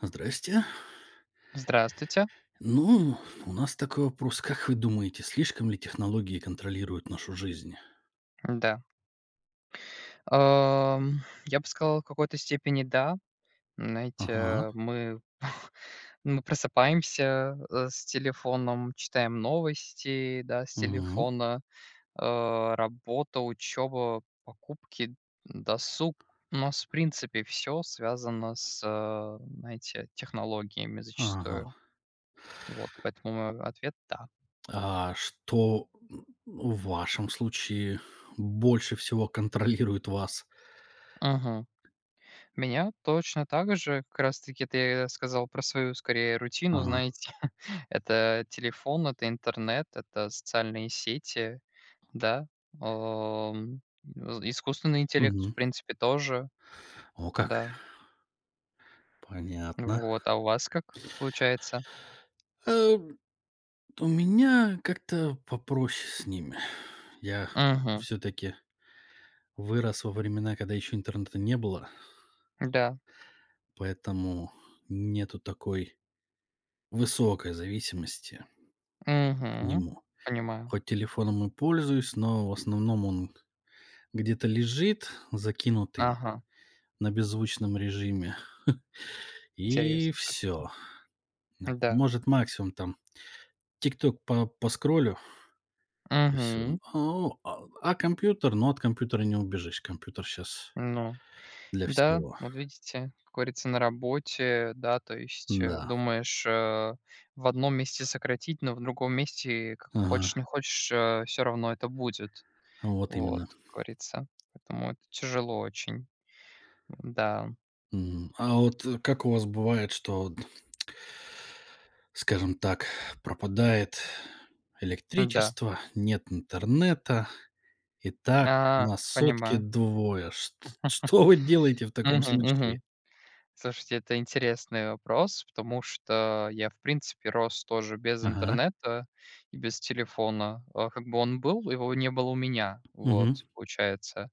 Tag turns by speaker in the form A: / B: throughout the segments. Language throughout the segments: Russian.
A: Здрасте.
B: Здравствуйте.
A: Ну, у нас такой вопрос. Как вы думаете, слишком ли технологии контролируют нашу жизнь?
B: Да. Ам, я бы сказал, в какой-то степени да.
A: Ага.
B: Знаете, мы мы просыпаемся, с телефоном, читаем новости, да, с
A: Мгм.
B: телефона, работа, учеба, покупки, досуг. У нас, в принципе, все связано с, знаете, технологиями
A: Ага.
B: зачастую. Вот, поэтому мой ответ- да.
A: А что в вашем случае больше всего контролирует вас?
B: Меня точно так же, как раз таки это я сказал про свою скорее рутину,
A: Ага.
B: знаете. Это телефон, это интернет, это социальные сети, да, ам, з искусственный интеллект, в
A: Мгм.
B: принципе, тоже,
A: О, как.
B: да.
A: Понятно.
B: Вот, а у вас как получается?
A: Э, у меня как-то попроще с ними. Я
B: Угу.
A: все-таки вырос во времена, когда еще интернета не было,
B: Да.
A: поэтому нету такой высокой зависимости к
B: Угу.
A: нему.
B: Понимаю.
A: Хоть телефоном и пользуюсь, но в основном он где-то лежит, закинутый
B: Ага.
A: на беззвучном режиме, и
B: Интересно,
A: все.
B: слушайте. Да.
A: Может, максимум там "Тикток" по поскроллю, и все. Н
B: Угу.
A: а компьютер? Но от компьютера не убежишь. Компьютер сейчас
B: Ну.
A: для
B: Да,
A: всего.
B: вот видите, как говорится, на работе, да, то есть
A: Да.
B: думаешь, в одном месте сократить, но в другом месте, как хочешь не
A: Ага.
B: хочешь, все равно это будет,
A: Вот
B: вот,
A: именно.
B: как говорится. Поэтому это тяжело очень, да,
A: М. А вот, как у вас бывает, что, скажем так, пропадает
B: да.
A: электричество, нет интернета, и так на сутки
B: Понимаю.
A: двое. Чт Что вы делаете в таком
B: Мгм,
A: случае?
B: мгм. Слушайте, это интересный вопрос, потому что я, в принципе, рос тоже без
A: Ага.
B: интернета и без телефона. А, Как бы он был, его не было у меня, вот,
A: Угу.
B: получается.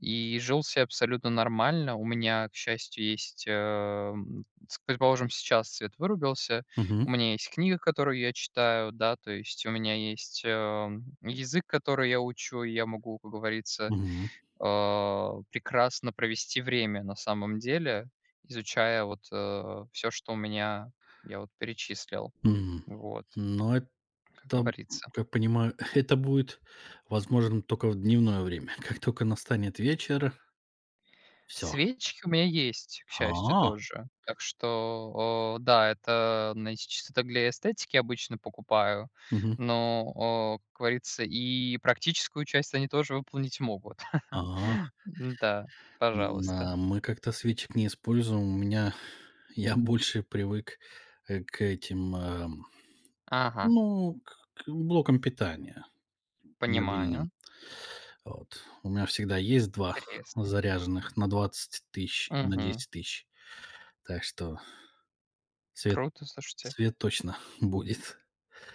B: И жил се абсолютно нормально. У меня, к счастью, есть, с предположим, сейчас свет вырубился.
A: Угу.
B: У меня есть книга, которую я читаю, да, то есть у меня есть, язык, который я учу, и я могу, как говорится,
A: Угу.
B: прекрасно провести время на самом деле, изучая вот, все, что у меня я вот перечислил.
A: М.
B: Вот,
A: Но это,
B: как говорится.
A: как понимаю, это будет возможным только в дневное время. Как только настанет вечер, все.
B: Свечки у меня есть, к счастью,
A: А.
B: тоже. Так что, да, это, знаете, чисто так для эстетики обычно покупаю,
A: Мгм.
B: но, как говорится, и практическую часть они тоже выполнить могут.
A: А.
B: Да, пожалуйста.
A: На Мы как-то свечек не используем. У меня я больше привык, к этим,
B: Ага,
A: ну, к блокам питания мобильным.
B: понимаю.
A: Вот. У меня всегда есть два
B: Интересно.
A: заряженных на 20 000, на
B: Угу.
A: 10 000. Так что свет
B: Круто, слушайте.
A: свет точно будет.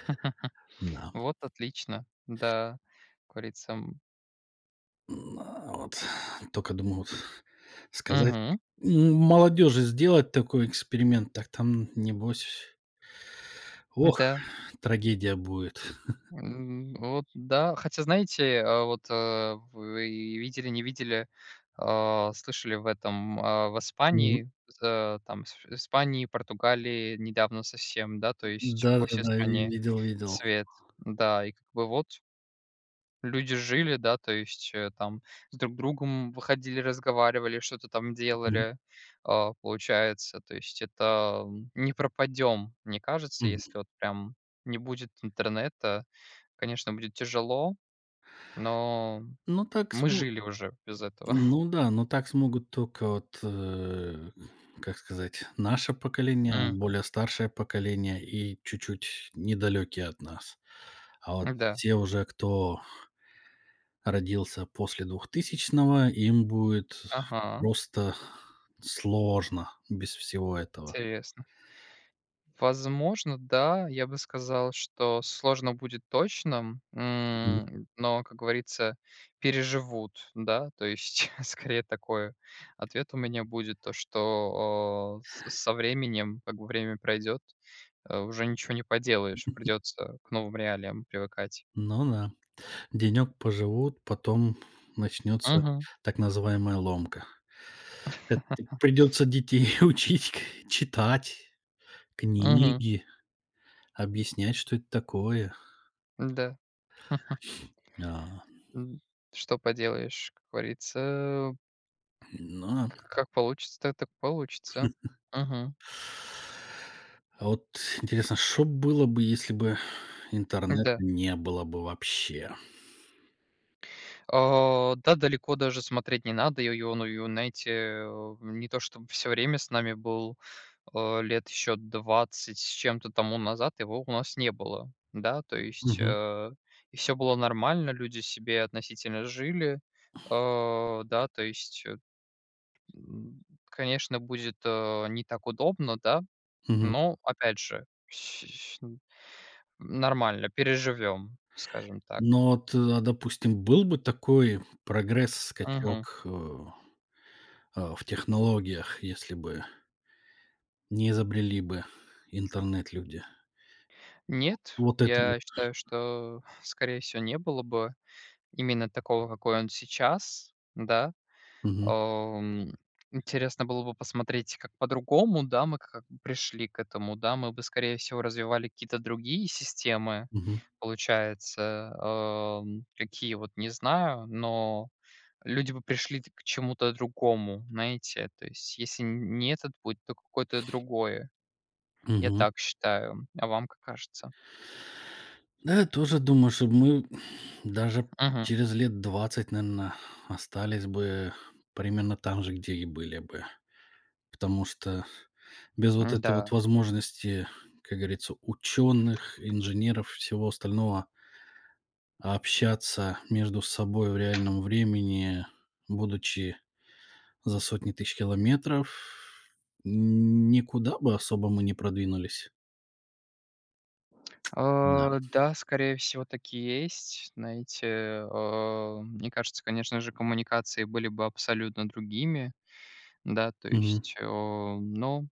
A: Да.
B: Вот отлично. Да, как говорится.
A: М, а, вот. Только думаю, вот сказать
B: Угу.
A: молодежи сделать такой эксперимент, так там небось, ох,
B: Да.
A: трагедия будет.
B: Вот да. Хотя, знаете, вы видели, не видели, слышали в этом, в
A: Мгм.
B: Испании, там, с Испании, Португалии недавно совсем, да, то есть по всей
A: Да-да-да, ви
B: стране
A: видел видел.
B: цвет. Да, и как бы вот люди жили, да, то есть, там с друг другом выходили, разговаривали, что-то там
A: Мгм,
B: делали, а, получается. То есть это, не пропадем, мне кажется,
A: мгм.
B: если вот прям не будет интернета. Конечно, будет тяжело, но
A: Ну так
B: мы
A: см
B: жили уже без этого.
A: Ну да, но так смогут только вот, как сказать, наше поколение,
B: М,
A: более старшее поколение и чуть-чуть недалекие от нас. А вот
B: да.
A: все уже, кто родился после двухтысячного, им будет
B: Ага,
A: просто сложно без всего этого.
B: интересно. Возможно, да, я бы сказал, что сложно будет точно,
A: Мгм.
B: но, как говорится, переживут, да. То есть, скорее такой ответ у меня будет, то что, э, с со временем, как бы время пройдет, уже ничего не поделаешь, придется к новым реалиям привыкать.
A: Ну да. Денек поживут, потом начнется
B: Угу.
A: так называемая ломка. Это придется детей учить читать
B: Угу.
A: книги, объяснять, что это такое.
B: Да.
A: А,
B: М, Что поделаешь, как говорится,
A: но.
B: как получится, так получится. Мгм.
A: А вот интересно, что было бы, если бы интернета
B: Да.
A: не было бы вообще?
B: А, да, далеко даже смотреть не надо. И он, знаете, не то чтобы все время с нами был, лет еще 20 с чем-то тому назад его у нас не было. Да, то есть,
A: Мгм.
B: и все было нормально, люди себе относительно жили. Да, то есть, м, конечно, будет, не так удобно, да.
A: Мгм.
B: Ну, опять же, с н нормально, переживем, скажем так.
A: Но вот, а, допустим, был бы такой прогресс,
B: Мгм.
A: скачок, а, в технологиях, если бы не изобрели бы интернет люди?
B: Нет,
A: Вот это вот.
B: я считаю, что, скорее всего, не было бы именно такого, какой он сейчас, да.
A: Мгм.
B: Ам, Интересно было бы посмотреть, как по-другому, да, мы как бы пришли к этому, да. Мы бы, скорее всего, развивали какие-то другие системы,
A: Мгм.
B: получается. Какие вот, не знаю, но люди бы пришли к чему-то другому, знаете. То есть если не этот путь, то какое-то другое. Я
A: Мгм.
B: так считаю. А вам как кажется?
A: Да, я тоже думаю, что мы даже
B: Мгм.
A: через лет 20 наверное, остались бы примерно там же, где и были бы. Потому что без вот
B: Да.
A: этой вот возможности, как говорится, ученых, инженеров, всего остального, общаться между собой в реальном времени, будучи за сотни тысяч километров, никуда бы особо мы не продвинулись. Да.
B: Да, скорее всего, так и есть. Знаете, мне кажется, конечно же, коммуникации были бы абсолютно другими. Да, то
A: Мгм.
B: есть, но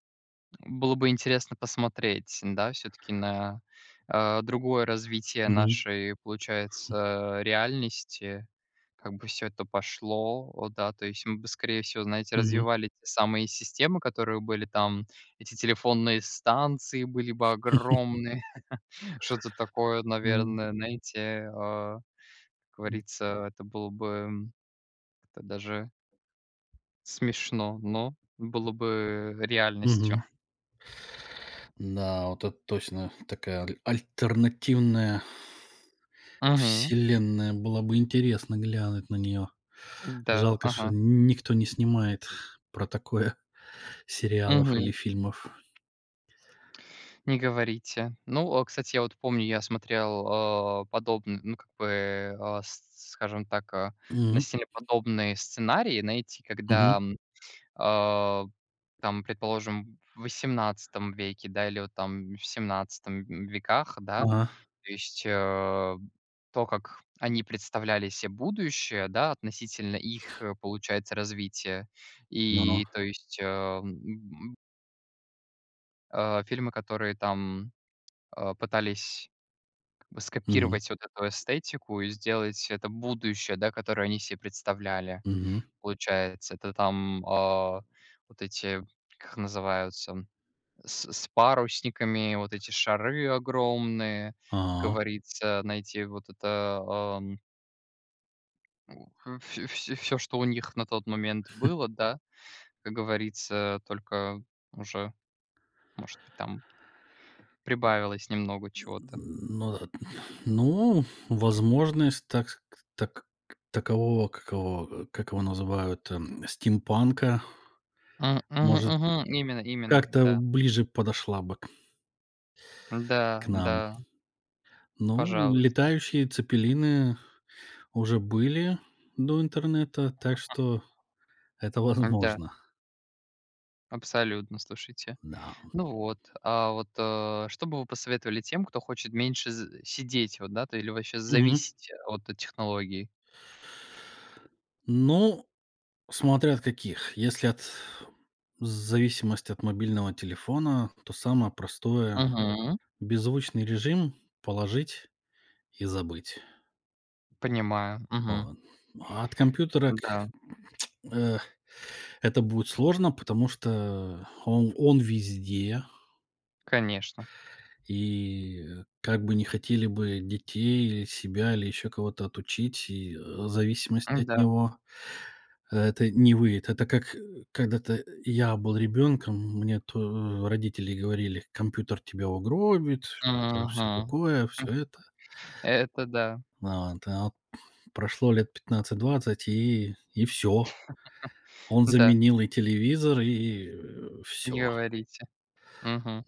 B: было бы интересно посмотреть, да, все таки на, другое развитие
A: Мгм.
B: нашей, получается, реальности. Как бы все это пошло, о да, то есть мы бы, скорее всего, знаете,
A: Мгм.
B: развивали те самые системы, которые были там, эти телефонные станции были бы огромные, что-то такое,
A: Мгм.
B: наверное, знаете, как говорится, это было бы, это даже смешно, но было бы реальностью.
A: Мгм. Да, вот это точно такая альтернативная
B: Мгм.
A: вселенная. Было бы интересно глянуть на нее.
B: Да,
A: Жалко, что
B: ага.
A: никто не снимает про такое сериалов
B: Мгм.
A: или фильмов.
B: Не говорите. Ну, кстати, я вот помню, я смотрел, подобный, ну, как бы, а, с скажем так,
A: Мгм,
B: насильно подобные сценарии, найти, когда,
A: мгм.
B: а, там, предположим, в 18 веке, да, или вот там в 17 веках, да,
A: Ага.
B: то есть, то, как они представляли себе будущее, да, относительно их, получается, развития.
A: Ну-ну.
B: И, то есть, фильмы, которые там, пытались
A: Мгм,
B: скопировать вот эту эстетику и сделать это будущее, да, которое они себе представляли.
A: мгм.
B: Получается, это там, вот эти, как называются, с парусниками, вот эти шары огромные, как
A: А.
B: говорится, найти вот это, все, у что у них на тот момент было, да, как говорится, только уже, может быть, там прибавилось немного чего-то.
A: Ну да. Ну, возможность так такового, как его называют, стимпанка,
B: Мгм,
A: может,
B: мгм. Именно, именно,
A: как-то
B: да.
A: ближе подошла бы
B: Да,
A: к нам.
B: да.
A: Ну,
B: Пожалуйста.
A: летающие цепелины уже были до интернета, так что это
B: Да,
A: возможно,
B: абсолютно, слушайте.
A: да.
B: Ну вот, а вот, что бы вы посоветовали тем, кто хочет меньше з сидеть вот, да, то или вообще
A: Мгм.
B: зависеть от технологий?
A: Ну, смотря от каких. Если от в зависимости от мобильного телефона, то самое простое —
B: Мгм.
A: беззвучный режим положить и забыть.
B: Понимаю. Мгм.
A: Вот. А от компьютера к
B: Да,
A: э, это будет сложно, потому что он везде.
B: конечно.
A: И, как бы не хотели бы детей или себя, или еще кого-то отучить, и, зависимость от
B: Да.
A: него, это не выйдет. Это как, когда-то я был ребенком, мне родители говорили: "Компьютер тебя угробит", все
B: Мгм.
A: такое, все это.
B: Это да.
A: А вот прошло лет 15-20 и все. Он
B: Да,
A: заменил и телевизор, и,
B: не
A: все.
B: говорите. Мгм.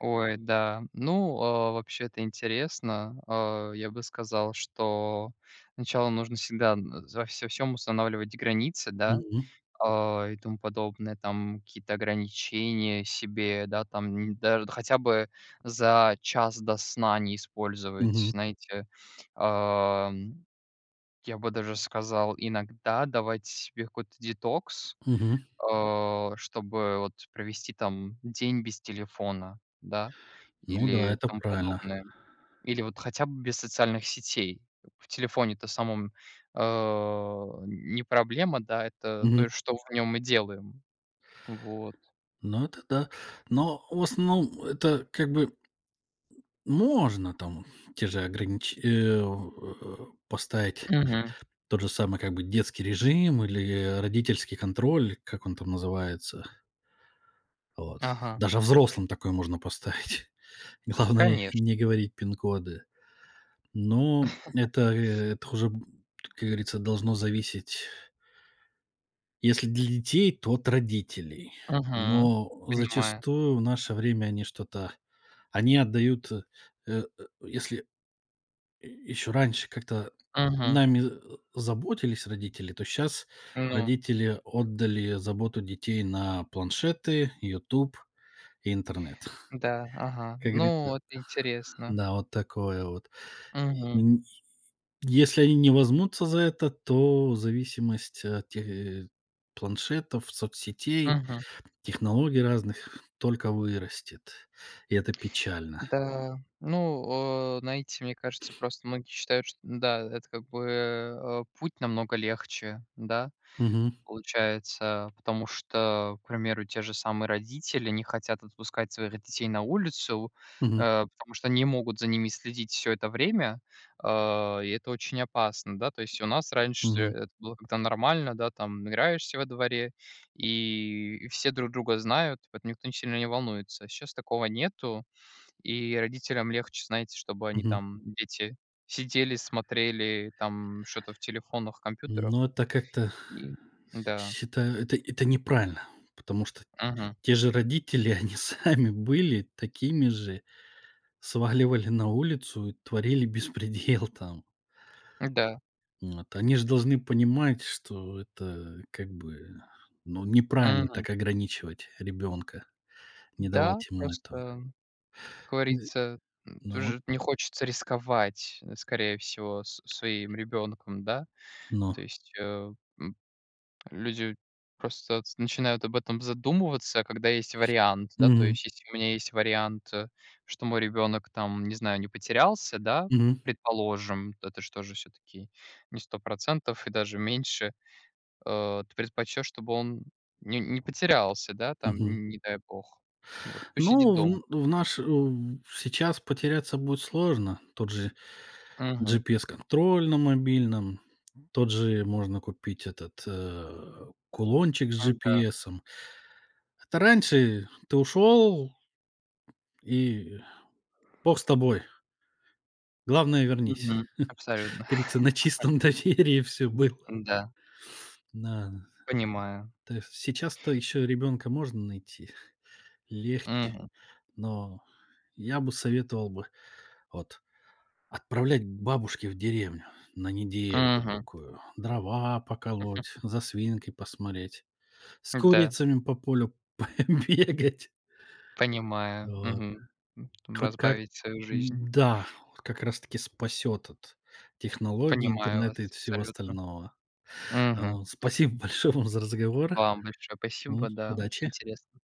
B: Ой, да. Ну, вообще это интересно. Я бы сказал, что сначала нужно всегда н во всё всем устанавливать границы, да.
A: Мгм.
B: И тому подобное, там какие-то ограничения себе, да, там н даже хотя бы за час до сна не использовать,
A: Мгм.
B: знаете. Ам, я бы даже сказал, иногда давать себе какой-то детокс,
A: Мгм.
B: чтобы вот провести там день без телефона, да,
A: Ну да,
B: или
A: это
B: тому
A: правильно.
B: подобное. Или вот хотя бы без социальных сетей. В телефоне-то самом, не проблема, да, это то,
A: Мгм.
B: что в нем мы делаем. Вот.
A: Ну, это да. Но в основном это как бы можно там те же поставить
B: Мгм.
A: тот же самый как бы детский режим или родительский контроль, как он там называется. Вот.
B: Ага.
A: Даже взрослым такое можно поставить. Главное
B: Конечно.
A: не говорить пин-коды. Но это, это уже, как говорится, должно зависеть. Если для детей, то от родителей.
B: Мгм.
A: Но
B: Понимаю.
A: зачастую в наше время они что-то они отдают, э, если еще раньше как-то
B: Мгм.
A: нами, заботились родители, то сейчас
B: Ну
A: родители отдали заботу детей на планшеты, YouTube, и интернет.
B: да, ага.
A: Как говорится,
B: Ну, это интересно.
A: да, вот такое вот.
B: Мгм.
A: Н Если они не возьмутся за это, то зависимость от, тех, планшетов, соцсетей,
B: Мгм.
A: технологий разных только вырастет, и это печально.
B: Да. Ну, знаете, мне кажется, просто многие считают, что да, это как бы, путь намного легче, да.
A: Мгм,
B: Получается, потому что, к примеру, те же самые родители не хотят отпускать своих детей на улицу,
A: мгм,
B: потому что не могут за ними следить все это время, и это очень опасно, да. То есть у нас раньше
A: мгм,
B: это было как-то нормально, да, там играешься во дворе, и все друг друга знают, поэтому никто не сильно не волнуется. Сейчас такого нету, и родителям легче, знаете, чтобы они
A: мгм.
B: там, дети, сидели, смотрели там что-то в телефонах,
A: Но
B: компьютерах
A: это как-то,
B: и да.
A: считаю, это неправильно, потому что
B: Мгм.
A: те же родители, они сами были такими же, сваливали на улицу и творили беспредел там.
B: Да.
A: Вот. Они же должны понимать, что это как бы, ну, неправильно
B: Мгм.
A: так ограничивать ребенка, не
B: Да,
A: давать ему этого.
B: просто, как
A: Н
B: говорится,
A: Ну вот,
B: тоже не хочется рисковать, скорее всего, с своим ребенком, да.
A: но.
B: То есть, м, люди просто с начинают об этом задумываться, когда есть вариант, да. То
A: Мгм,
B: есть, если у меня есть вариант, что мой ребенок там, не знаю, не потерялся, да,
A: мгм,
B: предположим, это ж тоже все таки не 100% и даже меньше. Ты предпочтёшь, чтобы он не потерялся, да, там,
A: мгм.
B: н не дай бог. Вот, пусть сидит
A: Ну,
B: дома.
A: в сейчас потеряться будет сложно. Тот же
B: Мгм.
A: GPS-контроль на мобильном, тот же можно купить этот, кулончик с
B: Да.
A: GPS. Это раньше ты ушел, и бог с тобой. Главное, вернись.
B: Мгм.
A: Как
B: Абсолютно.
A: говорится, на чистом доверии все было.
B: Да,
A: Да.
B: понимаю.
A: То есть сейчас-то еще ребенка можно найти легче,
B: Мгм.
A: но я бы советовал бы вот отправлять к бабушке в деревню на недельку
B: Мгм.
A: такую. Дрова поколоть, за свинкой посмотреть, с
B: Да,
A: курицами по полю бегать.
B: понимаю.
A: Вот.
B: Мгм. Там
A: Хоть как
B: разбавить свою жизнь.
A: да, вот как раз таки спасет от технологий,
B: Понимаю вас
A: интернета и всего
B: абсолютно.
A: остального.
B: Мгм.
A: А, спасибо большое вам за разговор.
B: Вам большое
A: М,
B: спасибо, да, очень
A: удачи.
B: интересно.